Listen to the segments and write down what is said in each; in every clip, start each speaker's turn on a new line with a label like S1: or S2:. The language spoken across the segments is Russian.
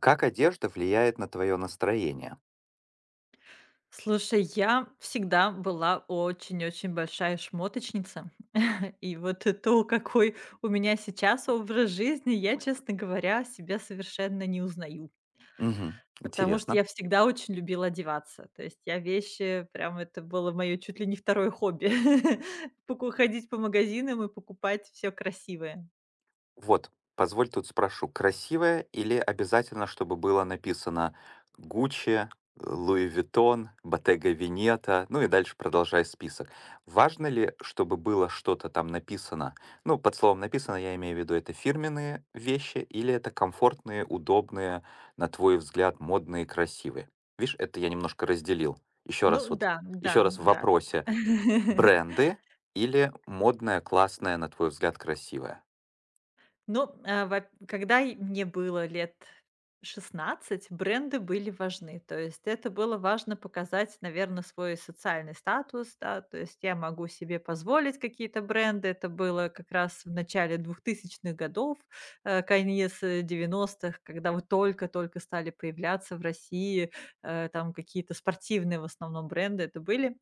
S1: Как одежда влияет на твое настроение?
S2: Слушай, я всегда была очень-очень большая шмоточница. И вот то, какой у меня сейчас образ жизни, я, честно говоря, себя совершенно не узнаю.
S1: Мгм.
S2: Потому что
S1: Интересно.
S2: я всегда очень любила одеваться. То есть я вещи, прям это было мое чуть ли не второе хобби. Ходить по магазинам и покупать все красивое.
S1: Вот, позволь тут спрошу, красивая или обязательно, чтобы было написано Гуччи, Луи Виттон, Bottega Veneta, ну и дальше продолжай список. Важно ли, чтобы было что-то там написано? Ну, под словом написано, я имею в виду, это фирменные вещи или это комфортные, удобные, на твой взгляд, модные, красивые? Видишь, это я немножко разделил. Еще
S2: Ну
S1: раз вот,
S2: да,
S1: еще
S2: да,
S1: раз в
S2: да.
S1: вопросе: бренды или модное, классное, на твой взгляд, красивое?
S2: Ну, во когда й мне было лет 16, бренды были важны. То есть это было важно показать, наверное, свой социальный статус, да. То есть я могу себе позволить какие-то бренды. Это было как раз в начале двухтысячных годов, конец, 90 когда вот только-только стали появляться в России, там какие-то спортивные в основном бренды это были.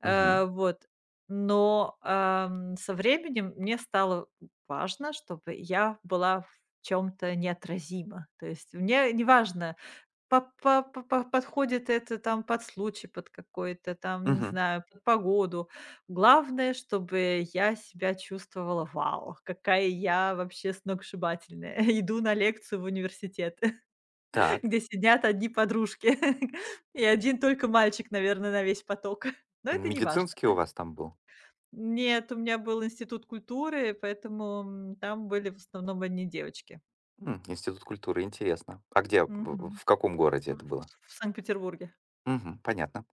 S2: Э,
S1: Мгм,
S2: вот. Но со временем мне стало важно, чтобы я была в чем то неотразима. То есть мне неважно, по подходит это там под случай, под какой-то там, не
S1: мгм.
S2: знаю, под погоду. Главное, чтобы я себя чувствовала: "Вау, какая я вообще сногсшибательная!" Иду на лекцию в университет,
S1: Так,
S2: где сидят одни подружки и один только мальчик, наверное, на весь поток. Но
S1: он
S2: это не важно.
S1: медицинский у вас там был?
S2: Нет, у меня был институт культуры, поэтому, там были в основном одни девочки.
S1: Институт культуры, интересно. А где, в
S2: Мгм.
S1: в каком городе
S2: Ну,
S1: это было?
S2: в Санкт-Петербурге.
S1: Мгм, понятно.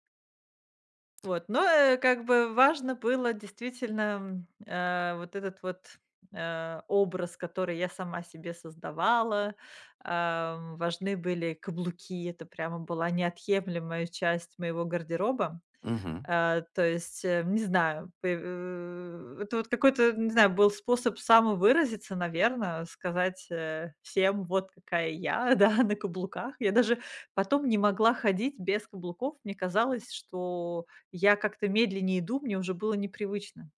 S2: Вот, но как бы важно было действительно, м, э, вот этот вот, образ, который я сама себе создавала. Важны были каблуки. Это прямо была неотъемлемая часть моего гардероба.
S1: Мгм,
S2: То есть, не знаю, это вот какой-то, не знаю, был способ самовыразиться, наверное, сказать, всем: "Вот какая я, да, на каблуках". Я даже потом не могла ходить без каблуков. Мне казалось, что я как-то медленнее иду, мне уже было непривычно.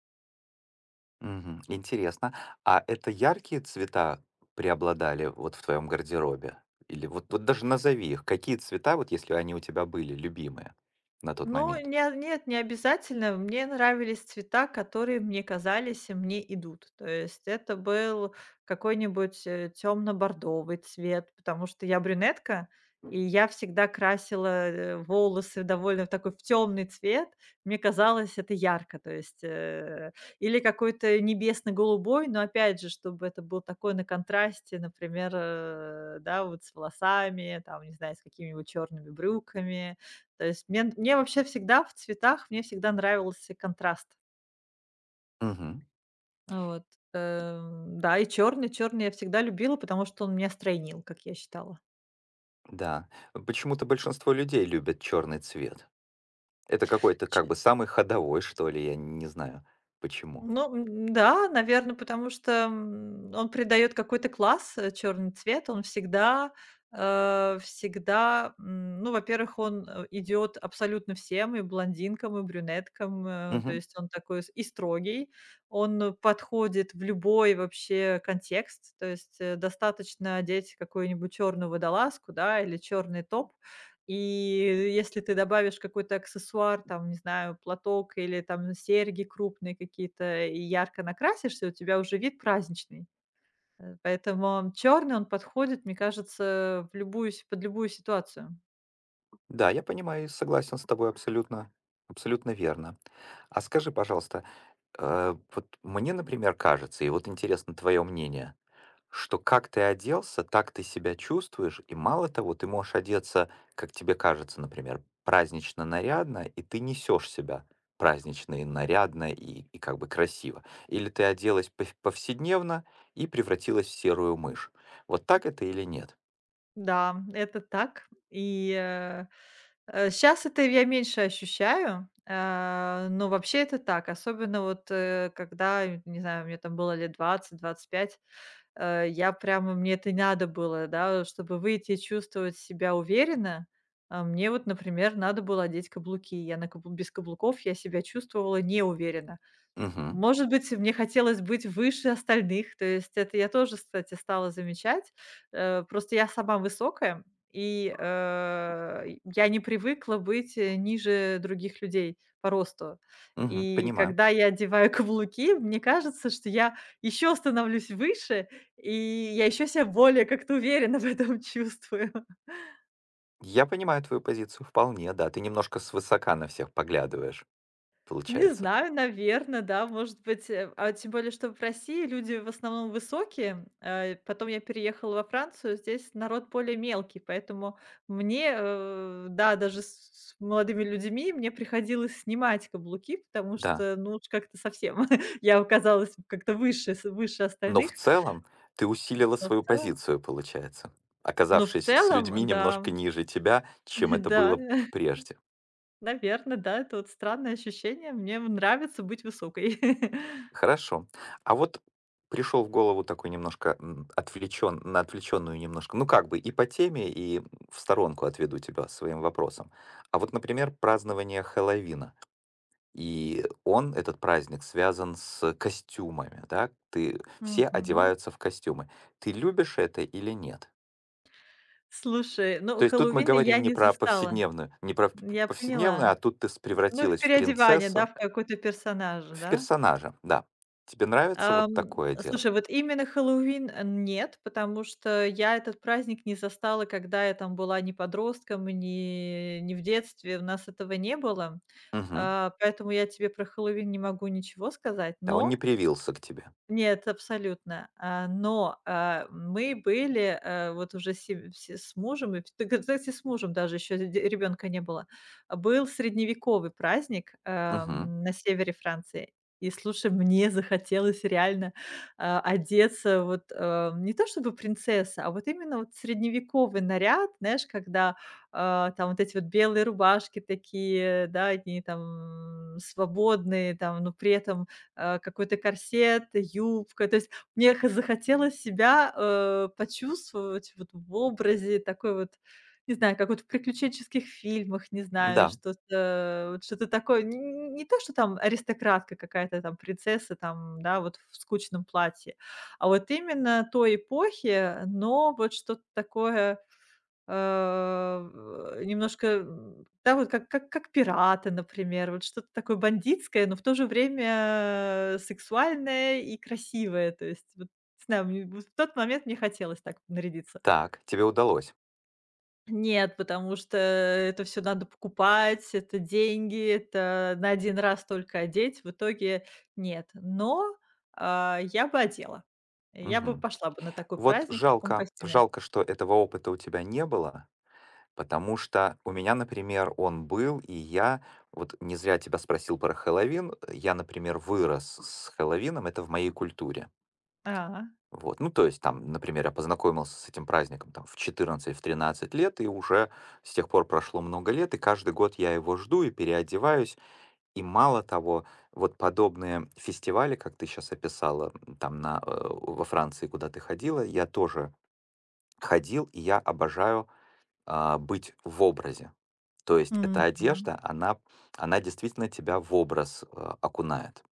S1: мгм, интересно. А это яркие цвета преобладали вот в твоем гардеробе? Или вот даже назови их, какие цвета, вот если они у тебя были, любимые на тот
S2: Ну,
S1: момент?
S2: не нет, не обязательно. Мне нравились цвета, которые мне казались и мне идут. То есть это был какой-нибудь, темно-бордовый цвет, потому что я брюнетка, и я всегда красила, волосы довольно в такой, в темный цвет. Мне казалось, это ярко. То есть, или какой-то небесно-голубой, но опять же, чтобы это был такой на контрасте, например, да, вот с волосами, там, не знаю, с какими-нибудь черными брюками. То есть мне вообще всегда в цветах, мне всегда нравился контраст.
S1: Мгм,
S2: Вот, да, и черный я всегда любила, потому что он меня стройнил, как я считала.
S1: да. Почему-то большинство людей любят черный цвет. Это какой-то как бы самый ходовой, что ли, я не знаю почему.
S2: Ну, да, наверное, потому что, он придает какой-то класс, черный цвет. Он всегда, всегда, ну, во-первых, он, идёт абсолютно всем: и блондинкам, и брюнеткам. То
S1: Мгм.
S2: есть он такой с и строгий. Он подходит в любой вообще контекст. То есть, достаточно одеть какую-нибудь черную водолазку, да, или черный топ. И если ты добавишь какой-то аксессуар, там, не знаю, платок или там серьги крупные какие-то, и ярко накрасишься, у тебя уже вид праздничный. Поэтому черный, он подходит, мне кажется, в любую си под любую ситуацию.
S1: Да, я понимаю и согласен с тобой абсолютно, абсолютно верно. А скажи, пожалуйста, вот мне, например, кажется, и вот интересно твое мнение, что как ты оделся, так ты себя чувствуешь. И мало того, ты можешь одеться, как тебе кажется, например, празднично нарядно, и ты несешь себя празднично и нарядно, и как бы красиво. Или ты оделась повседневно и превратилась в серую мышь. Вот так это или нет?
S2: Да, это так. Сейчас это я меньше ощущаю, но вообще это так. Особенно вот, когда, не знаю, мне там было лет 20, 25. Я прямо мне это надо было, да, чтобы выйти и чувствовать себя уверенно. А мне вот, например, надо было одеть каблуки. Я на кабл без каблуков я себя чувствовала неуверенно.
S1: Угу,
S2: Может быть, мне хотелось быть выше остальных. То есть это я тоже, кстати, стала замечать. Просто я сама высокая, и, я не привыкла быть, ниже других людей по росту.
S1: угу,
S2: И
S1: понимаю.
S2: когда я одеваю каблуки, мне кажется, что я еще становлюсь выше, и я еще себя более как-то уверенно в этом чувствую.
S1: Я понимаю твою позицию вполне, да. Ты немножко свысока на всех поглядываешь,
S2: Не
S1: получается.
S2: знаю, наверное, да, может быть, А тем более, что в России люди в основном высокие. Потом я переехала во Францию, здесь народ более мелкий, поэтому мне, да, даже с молодыми людьми мне приходилось снимать каблуки, потому
S1: Да.
S2: что, ну, уж как-то совсем я оказалась как-то выше
S1: Но в
S2: остальных.
S1: целом ты усилила
S2: Но в
S1: свою
S2: целом
S1: позицию, получается,
S2: но в
S1: оказавшись с людьми
S2: целом, да,
S1: немножко ниже тебя, чем это
S2: да,
S1: было прежде.
S2: наверное, да, это вот странное ощущение. Мне нравится быть высокой.
S1: Хорошо. А вот пришел в голову такой немножко на отвлеченную немножко, ну как бы и по теме, и в сторонку отведу тебя своим вопросом. А вот, например, празднование Хэллоуина. И он, этот праздник, связан с костюмами, да? Все
S2: Мгм.
S1: одеваются в костюмы. Ты любишь это или нет?
S2: Слушай, ну,
S1: То есть тут мы
S2: Хэллоуина я
S1: говорим не
S2: не
S1: про
S2: застала.
S1: повседневную, не про п
S2: Я
S1: повседневную, а
S2: поняла.
S1: тут ты с
S2: Ну, в
S1: превратилась в
S2: переодевание, да,
S1: принцессу,
S2: в какой-то персонаж,
S1: в
S2: да?
S1: персонажа, да. Тебе нравится
S2: Ам,
S1: вот такое дело?
S2: слушай, вот именно Хэллоуин, нет, потому что я этот праздник не застала, когда я там была ни подростком, ни в детстве, у нас этого не было.
S1: Мгм.
S2: Поэтому я тебе про Хэллоуин не могу ничего сказать,
S1: Да, он не
S2: но
S1: привился к тебе.
S2: Нет, абсолютно. Мы были, вот уже се все с мужем, и т кстати, с мужем даже еще ребенка не было. Был средневековый праздник,
S1: Мгм.
S2: на севере Франции. И слушай, мне захотелось реально, одеться вот, не то чтобы принцесса, а вот именно вот средневековый наряд, знаешь, когда, там вот эти вот белые рубашки такие, да, они там свободные, там, но при этом какой-то корсет, юбка. То есть мне х захотелось себя, почувствовать вот в образе такой вот, не знаю, как вот в приключенческих фильмах, не знаю,
S1: Да,
S2: что-то такое. Н не то, что там аристократка какая-то, там принцесса, там, да, вот в скучном платье, а вот именно той эпохи, но вот что-то такое а, немножко, да, вот как "Пираты", например, вот что-то такое бандитское, но в то же время сексуальное и красивое. То есть вот не знаю, мне вот в тот момент мне хотелось так нарядиться.
S1: так, тебе удалось.
S2: Нет, потому что это все надо покупать, это деньги, это на один раз только одеть. В итоге нет. Но я бы одела. Я бы
S1: Мгм.
S2: пошла бы на такой
S1: Вот
S2: праздник в таком
S1: жалко
S2: костюме.
S1: жалко, что этого опыта у тебя не было, потому что у меня, например, он был, и я вот не зря тебя спросил про Хэллоуин. Я, например, вырос с Хэллоуином, это в моей культуре.
S2: А,
S1: Вот, ну, то есть там, например, я познакомился с этим праздником там в 14, в 13 лет, и уже с тех пор прошло много лет, и каждый год я его жду и переодеваюсь. И мало того, вот подобные фестивали, как ты сейчас описала, там во Франции, куда ты ходила, я тоже ходил, и я обожаю быть в образе. То есть эта
S2: мгм.
S1: одежда, она действительно тебя в образ окунает.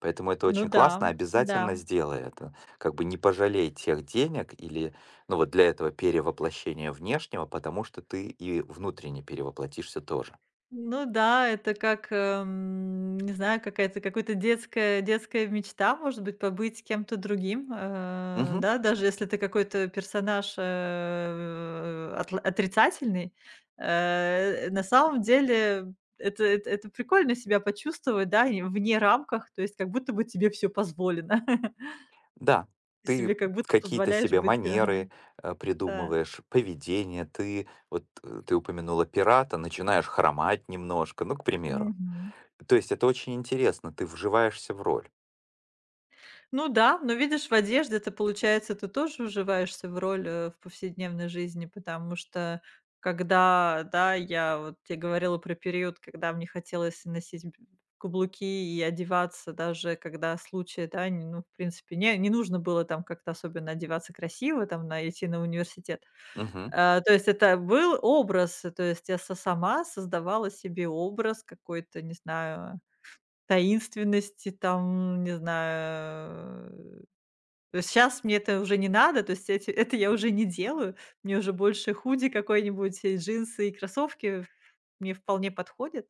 S1: Поэтому это
S2: Ну
S1: очень
S2: да,
S1: классно,
S2: да.
S1: обязательно сделай это. Как бы не пожалей тех денег или, ну вот для этого перевоплощения внешнего, потому что ты и внутренне перевоплотишься тоже.
S2: Ну да, это как, не знаю, какая-то какая то детская мечта, может быть, побыть кем-то другим.
S1: Мгм.
S2: Да, даже если ты какой-то персонаж, э, отла отрицательный, на самом деле это прикольно себя почувствовать, да, и вне рамках, то есть как будто бы тебе все позволено.
S1: Да,
S2: Ты себе
S1: ты
S2: как будто
S1: какие-то
S2: позволяешь
S1: себе
S2: быть ага,
S1: манеры
S2: да.
S1: придумываешь, поведение, ты упомянула пирата, начинаешь хромать немножко, ну, к примеру.
S2: Мгм.
S1: То есть это очень интересно, ты вживаешься в роль.
S2: Ну да, но видишь, в одежде ты, получается, ты тоже уживаешься в роль, в повседневной жизни, потому что когда, да, я вот те говорила про период, когда мне хотелось носить б каблуки и одеваться, даже когда случаи, да, не ну, в принципе, не нужно было там как-то особенно одеваться красиво, там, на идти на университет.
S1: Мгм.
S2: То есть это был образ, то есть я са сама создавала себе образ какой-то, не знаю, таинственности, там, не знаю, то есть сейчас мне это уже не надо, то есть эти это я уже не делаю. Мне уже больше худи какой-нибудь, джинсы и кроссовки мне вполне подходят.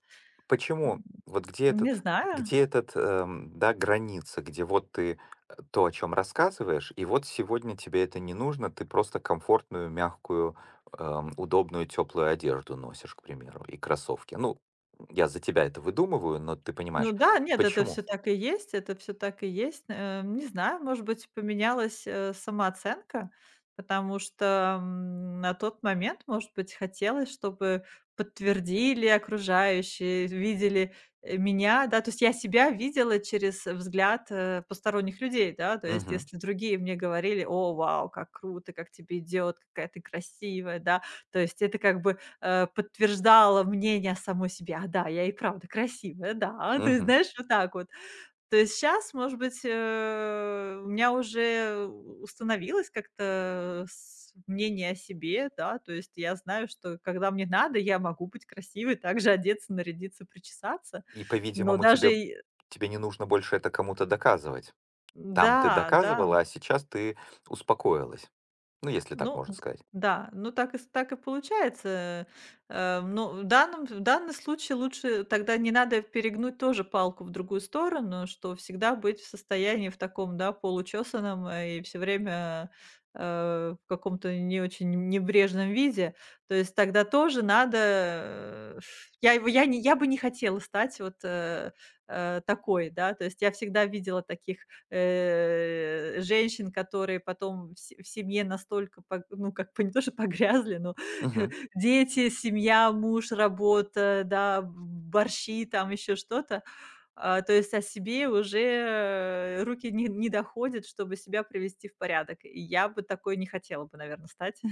S1: Почему? Вот где
S2: Не
S1: этот
S2: знаю.
S1: где этот, эм, да, граница, где вот ты, то, о чем рассказываешь, и вот сегодня тебе это не нужно, ты просто комфортную, мягкую, удобную, теплую одежду носишь, к примеру, и кроссовки. Ну, я за тебя это выдумываю, но ты
S2: Ну
S1: понимаешь.
S2: да, нет, это
S1: Почему?
S2: все так и есть, это все так и есть. Не знаю, может быть, поменялась, самооценка, потому что, на тот момент, может быть, хотелось, чтобы подтвердили окружающие, видели, меня, да. То есть я себя видела через взгляд, посторонних людей, да. То есть
S1: Мгм,
S2: если другие мне говорили: "О, вау, как круто, как тебе идет, какая ты красивая", да. То есть это как бы подтверждала мнение самой себе: "А, да, я и правда красивая, да". То есть,
S1: мгм.
S2: знаешь, вот так вот. То есть сейчас, может быть, у меня уже установилось как-то с мнение о себе, да. То есть я знаю, что когда мне надо, я могу быть красивой, также одеться, нарядиться, причесаться.
S1: И,
S2: Но
S1: по-видимому,
S2: даже
S1: тебе
S2: и
S1: тебе не нужно больше это кому-то доказывать. Там ты
S2: Да, да.
S1: доказывала, а сейчас ты успокоилась. Ну, если так
S2: Ну
S1: можно
S2: д
S1: сказать.
S2: да, ну так и с так и получается. Но в данный случай лучше тогда не надо перегнуть тоже палку в другую сторону, что всегда быть в состоянии в таком, да, получесаном, и все время, в каком-то не очень небрежном виде. То есть тогда тоже надо, я бы не хотела стать вот, такой, да. То есть я всегда видела таких женщин, которые потом в семье настолько пог ну, как бы не то, что погрязли, но
S1: Мгм.
S2: дети, семья, муж, работа, да, борщи, там еще что-то. То есть о себе уже руки не доходят, чтобы себя привести в порядок. И я бы такой не хотела бы, наверное, стать.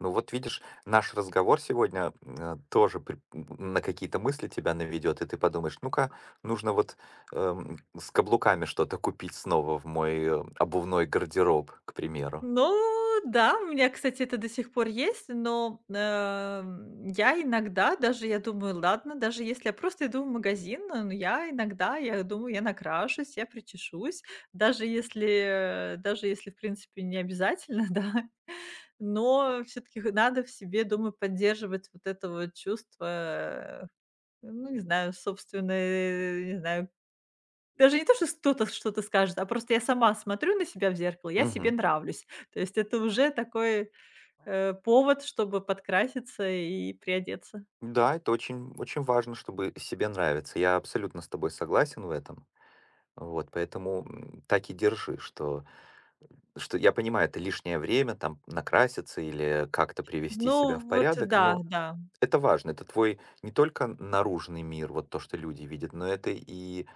S1: Ну вот видишь, наш разговор сегодня тоже на какие-то мысли тебя наведет, и ты подумаешь, ну-ка, нужно вот с каблуками что-то купить снова в мой обувной гардероб, к примеру.
S2: Ну да, у меня, кстати, это до сих пор есть, но, я иногда даже, я думаю, ладно, даже если я просто иду в магазин, но я иногда, я думаю, я накрашусь, я причешусь, даже если, даже если, в принципе, не обязательно, да, но все таки надо в себе, думаю, поддерживать вот это вот чувство, э, ну, не знаю, собственной, не знаю, даже не то, что кто-то что-то скажет, а просто я сама смотрю на себя в зеркало, я себе
S1: Мгм.
S2: нравлюсь. То есть это уже такой, повод, чтобы подкраситься и приодеться.
S1: Да, это очень, очень важно, чтобы себе нравится. Я абсолютно с тобой согласен в этом. Вот, поэтому так и держи, что я понимаю, это лишнее время там накраситься или как-то привести
S2: Ну
S1: себя в
S2: вот
S1: порядок,
S2: да,
S1: но
S2: да,
S1: это важно. Это твой не только наружный мир, вот то, что люди видят, но это и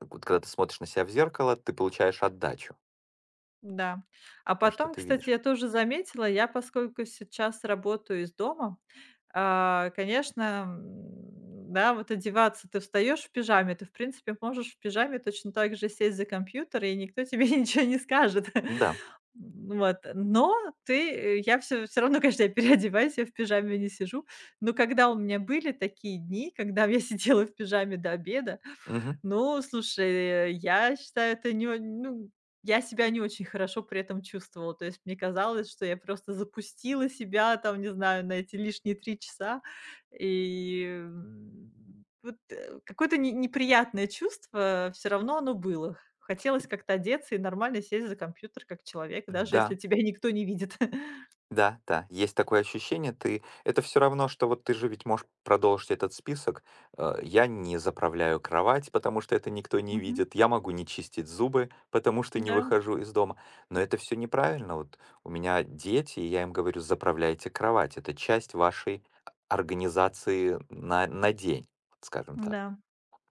S1: вот когда ты смотришь на себя в зеркало, ты получаешь отдачу,
S2: да. А
S1: то, что
S2: потом,
S1: ты
S2: кстати,
S1: видишь.
S2: я тоже заметила, я, поскольку сейчас работаю из дома конечно, да, вот одеваться ты встаешь в пижаме, ты, в принципе, можешь в пижаме точно так же сесть за компьютер, и никто тебе ничего не скажет. М,
S1: Да.
S2: вот, но я все равно, конечно, я переодеваюсь, я в пижаме не сижу. Но когда у меня были такие дни, когда я сидела в пижаме до обеда,
S1: Мгм.
S2: ну, слушай, я считаю, это не о ну, я себя не очень хорошо при этом чувствовала. То есть мне казалось, что я просто запустила себя там, не знаю, на эти лишние 3 часа. И, м, какое-то не неприятное чувство все равно оно было. Хотелось как-то одеться и нормально сесть за компьютер как человек, даже если
S1: Да.
S2: тебя никто не видит.
S1: Да, да, есть такое ощущение. Ты это все равно, что вот ты же ведь можешь продолжить этот список. Я не заправляю кровать, потому что это никто не
S2: Мгм.
S1: видит. Я могу не чистить зубы, потому что не
S2: Да.
S1: выхожу из дома. Но это все неправильно. Вот у меня дети, и я им говорю: "Заправляйте кровать". Это часть вашей организации на день, скажем так,
S2: Да,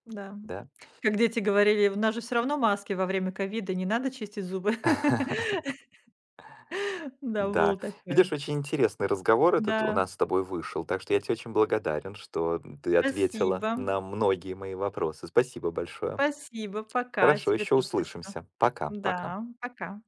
S2: да.
S1: да.
S2: Как дети говорили: "У нас же все равно маски во время ковида, не надо чистить зубы". Да, было
S1: Да.
S2: такое.
S1: Видишь, очень интересный разговор этот у
S2: Да,
S1: нас с тобой вышел, так что я тебе очень благодарен, что ты ответила
S2: спасибо.
S1: на многие мои вопросы. Спасибо большое.
S2: Спасибо, пока.
S1: Хорошо,
S2: Тебе
S1: еще
S2: тоже спасибо.
S1: услышимся. Пока, пока.
S2: Да, пока.